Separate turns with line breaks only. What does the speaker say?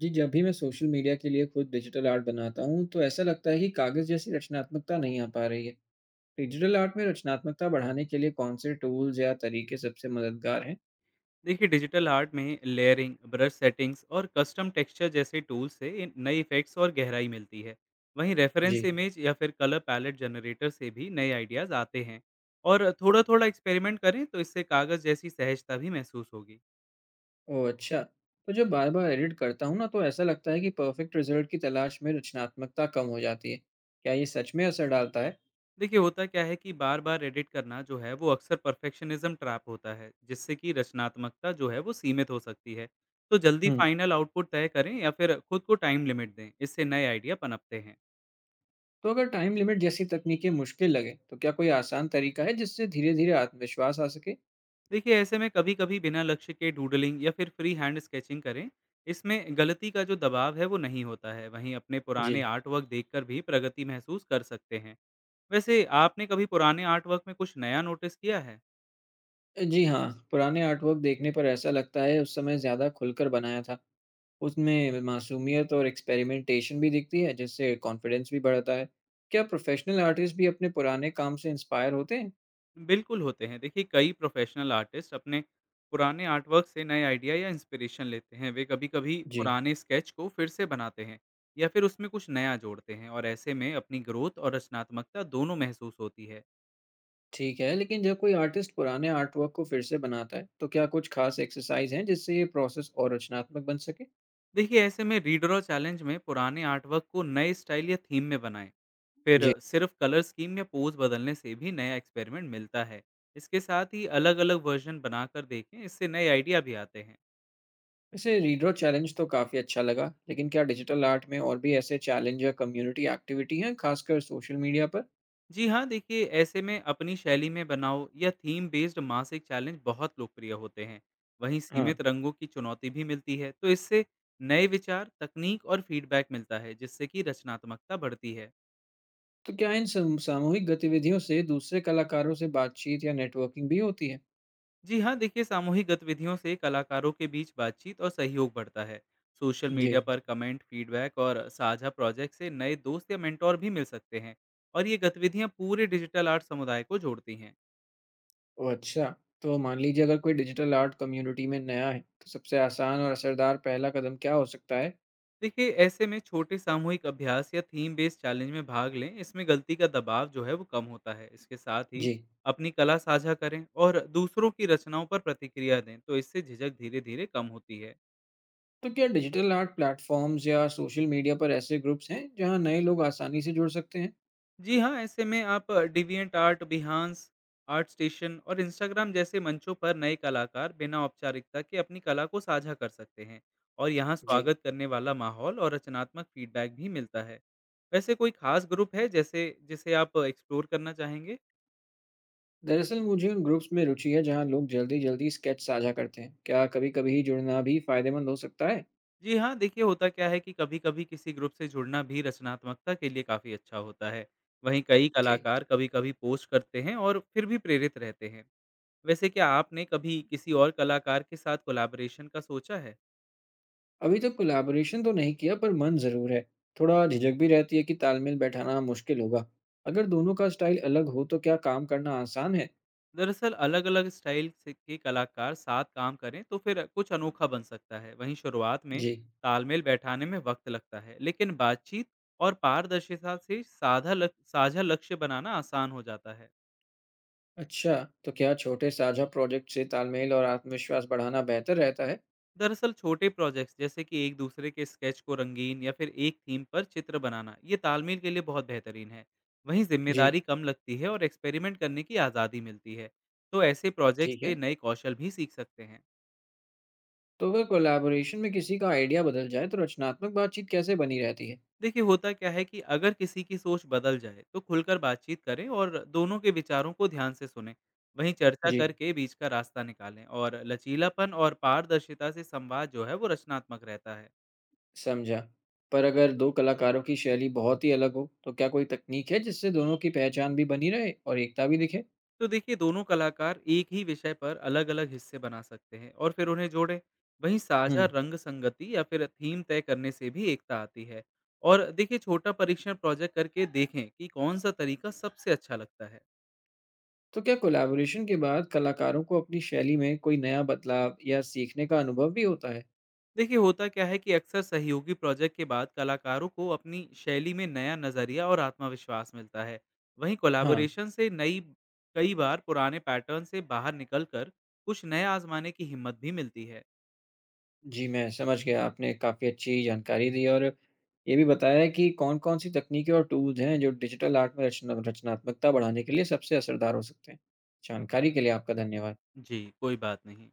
जी, जब भी मैं सोशल मीडिया के लिए खुद डिजिटल आर्ट बनाता हूँ, तो ऐसा लगता है कि कागज़ जैसी रचनात्मकता नहीं आ पा रही है। डिजिटल आर्ट में रचनात्मकता बढ़ाने के लिए कौन से टूल्स या तरीके सबसे मददगार हैं?
देखिए, डिजिटल आर्ट में लेयरिंग, ब्रश सेटिंग्स और कस्टम टेक्सचर जैसे टूल से इन नए इफेक्ट्स और गहराई मिलती है। वहीं
जी।
रेफरेंस इमेज या फिर कलर पैलेट जनरेटर से भी नए आइडियाज आते हैं। और थोड़ा थोड़ा एक्सपेरिमेंट करें तो इससे कागज़ जैसी सहजता भी महसूस होगी।
ओह! अच्छा। तो जब बार-बार एडिट करता हूँ ना, तो ऐसा लगता है कि परफ़ेक्ट रिज़ल्ट की तलाश में रचनात्मकता कम हो जाती है। क्या ये सच में असर डालता है?
देखिए, होता क्या है कि बार बार एडिट करना जो है वो अक्सर परफेक्शनिज्म ट्रैप होता है, जिससे कि रचनात्मकता जो है वो सीमित हो सकती है। तो जल्दी
हुँ।
फाइनल आउटपुट तय करें या फिर खुद को टाइम लिमिट दें, इससे नए आइडिया पनपते हैं।
तो अगर टाइम लिमिट जैसी तकनीकें मुश्किल लगें, तो क्या कोई आसान तरीका है, जिससे धीरे-धीरे आत्मविश्वास आ सके?
देखिए, ऐसे में कभी कभी बिना लक्ष्य के डूडलिंग या फिर फ्री हैंड स्केचिंग करें। इसमें गलती का जो दबाव है वो नहीं होता है। वहीं अपने
जी।
पुराने आर्ट वर्क देखकर भी प्रगति महसूस कर सकते हैं। वैसे आपने कभी पुराने आर्ट वर्क में कुछ नया नोटिस किया है?
जी हाँ, पुराने आर्टवर्क देखने पर ऐसा लगता है उस समय ज़्यादा खुलकर बनाया था। उसमें मासूमियत और एक्सपेरिमेंटेशन भी दिखती है, जिससे कॉन्फिडेंस भी बढ़ता है। क्या प्रोफेशनल आर्टिस्ट भी अपने पुराने काम से इंस्पायर होते हैं?
बिल्कुल होते हैं। देखिए, कई प्रोफेशनल आर्टिस्ट अपने पुराने आर्ट वर्क से नए आइडिया या इंस्पिरेशन लेते हैं। वे कभी कभी
जी।
पुराने स्केच को फिर से बनाते हैं या फिर उसमें कुछ नया जोड़ते हैं, और ऐसे में अपनी ग्रोथ और रचनात्मकता दोनों महसूस होती है।
ठीक है, लेकिन जब कोई आर्टिस्ट पुराने आर्टवर्क को फिर से बनाता है, तो क्या कुछ खास एक्सरसाइज हैं जिससे ये प्रोसेस और रचनात्मक बन सके?
देखिए, ऐसे में रीड ड्रॉ चैलेंज में पुराने आर्टवर्क को नए स्टाइल या थीम में बनाएं। फिर
जी।
सिर्फ कलर स्कीम या पोज बदलने से भी नया एक्सपेरिमेंट मिलता है। इसके साथ ही अलग अलग वर्जन बनाकर देखें, इससे नए आइडिया भी आते हैं।
वैसे रीड्रॉ चैलेंज तो काफ़ी अच्छा लगा, लेकिन क्या डिजिटल आर्ट में और भी ऐसे चैलेंज या कम्युनिटी एक्टिविटी हैं, खासकर सोशल मीडिया पर?
जी हाँ, देखिए, ऐसे में अपनी शैली में बनाओ या थीम बेस्ड मासिक चैलेंज बहुत लोकप्रिय होते हैं। वहीं
हाँ।
सीमित रंगों की चुनौती भी मिलती है, तो इससे नए विचार, तकनीक और फीडबैक मिलता है, जिससे कि रचनात्मकता बढ़ती है।
तो क्या इन सामूहिक गतिविधियों से दूसरे कलाकारों से बातचीत या नेटवर्किंग भी होती है?
जी हाँ, देखिए, सामूहिक गतिविधियों से कलाकारों के बीच बातचीत और सहयोग बढ़ता है। सोशल
जी।
मीडिया पर कमेंट, फीडबैक और साझा प्रोजेक्ट से नए दोस्त या मेंटोर भी मिल सकते हैं। और ये गतिविधियाँ पूरे डिजिटल आर्ट समुदाय को जोड़ती हैं।
ओ, अच्छा। तो मान लीजिए, अगर कोई डिजिटल आर्ट कम्युनिटी में नया है तो सबसे आसान और असरदार पहला कदम क्या हो सकता है?
देखिए, ऐसे में छोटे सामूहिक अभ्यास या थीम बेस्ड चैलेंज में भाग लें। इसमें गलती का दबाव जो है वो कम होता है। इसके साथ ही
जी।
अपनी कला साझा करें और दूसरों की रचनाओं पर प्रतिक्रिया दें, तो इससे झिझक धीरे धीरे कम होती है।
तो क्या डिजिटल आर्ट प्लेटफॉर्म्स या सोशल मीडिया पर ऐसे ग्रुप्स हैं जहां नए लोग आसानी से जुड़ सकते हैं?
जी हाँ, ऐसे में आप DeviantArt, Behance, ArtStation और इंस्टाग्राम जैसे मंचों पर नए कलाकार बिना औपचारिकता के अपनी कला को साझा कर सकते हैं। और यहाँ
जी।
स्वागत करने वाला माहौल और रचनात्मक फीडबैक भी मिलता है। वैसे कोई खास ग्रुप है जैसे जिसे आप एक्सप्लोर करना चाहेंगे?
दरअसल मुझे उन ग्रुप्स में रुचि है जहां लोग जल्दी जल्दी स्केच साझा करते हैं। क्या कभी कभी जुड़ना भी फायदेमंद हो सकता है?
जी हाँ, देखिए, होता क्या है कि कभी-कभी किसी ग्रुप से जुड़ना भी रचनात्मकता के लिए काफ़ी अच्छा होता है। वहीं कई
जी।
कलाकार कभी-कभी पोस्ट करते हैं और फिर भी प्रेरित रहते हैं। वैसे क्या आपने कभी किसी और कलाकार के साथ कोलैबोरेशन का सोचा है?
अभी तक कोलैबोरेशन तो नहीं किया, पर मन जरूर है। थोड़ा झिझक भी रहती है कि तालमेल बैठाना मुश्किल होगा। अगर दोनों का स्टाइल अलग हो तो क्या काम करना आसान है?
दरअसल अलग-अलग स्टाइल से के कलाकार साथ काम करें तो फिर कुछ अनोखा बन सकता है। वहीं शुरुआत में
जी।
तालमेल बैठाने में वक्त लगता है, लेकिन बातचीत और पारदर्शिता से साझा लक्ष्य बनाना आसान हो जाता है।
अच्छा। तो क्या छोटे साझा प्रोजेक्ट से तालमेल और आत्मविश्वास बढ़ाना बेहतर रहता है?
दरअसल छोटे प्रोजेक्ट्स जैसे कि एक दूसरे के स्केच को रंगीन या फिर एक थीम पर चित्र बनाना, ये तालमेल के लिए बहुत बेहतरीन है। वहीं
जी।
जिम्मेदारी कम लगती है और एक्सपेरिमेंट करने की आज़ादी मिलती है। तो ऐसे प्रोजेक्ट्स
ठीक
से
है।
नए कौशल भी सीख सकते हैं।
तो अगर कोलैबोरेशन में किसी का आइडिया बदल जाए तो रचनात्मक बातचीत कैसे बनी रहती है?
देखिए, होता क्या है कि अगर किसी की सोच बदल जाए तो खुलकर बातचीत करें और दोनों के विचारों को ध्यान से सुने। वहीं चर्चा
जी।
करके बीच का रास्ता निकालें, और लचीलापन और पारदर्शिता से संवाद जो है वो रचनात्मक रहता है।
समझा। पर अगर दो कलाकारों की शैली बहुत ही अलग हो तो क्या कोई तकनीक है जिससे दोनों की पहचान भी बनी रहे और एकता भी दिखे?
तो देखिए, दोनों कलाकार एक ही विषय पर अलग-अलग हिस्से बना सकते हैं और फिर उन्हें जोड़ें। वहीं साझा
हम्म।
रंग संगति या फिर थीम तय करने से भी एकता आती है। और देखिए, छोटा परीक्षण प्रोजेक्ट करके देखें कि कौन सा तरीका सबसे अच्छा लगता है।
तो क्या कोलैबोरेशन के बाद कलाकारों को अपनी शैली में कोई नया बदलाव या सीखने का अनुभव भी होता है?
देखिए, होता क्या है कि अक्सर सहयोगी प्रोजेक्ट के बाद कलाकारों को अपनी शैली में नया नज़रिया और आत्मविश्वास मिलता है। वहीं
हाँ,
कोलैबोरेशन से नई, कई बार पुराने पैटर्न से बाहर निकलकर कुछ नया आजमाने की हिम्मत भी मिलती है।
जी मैं समझ गया। आपने काफ़ी अच्छी जानकारी दी और ये भी बताया है कि कौन-कौन सी तकनीकें और टूल्स हैं जो डिजिटल आर्ट में रचनात्मकता बढ़ाने के लिए सबसे असरदार हो सकते हैं। जानकारी के लिए आपका धन्यवाद।
जी, कोई बात नहीं।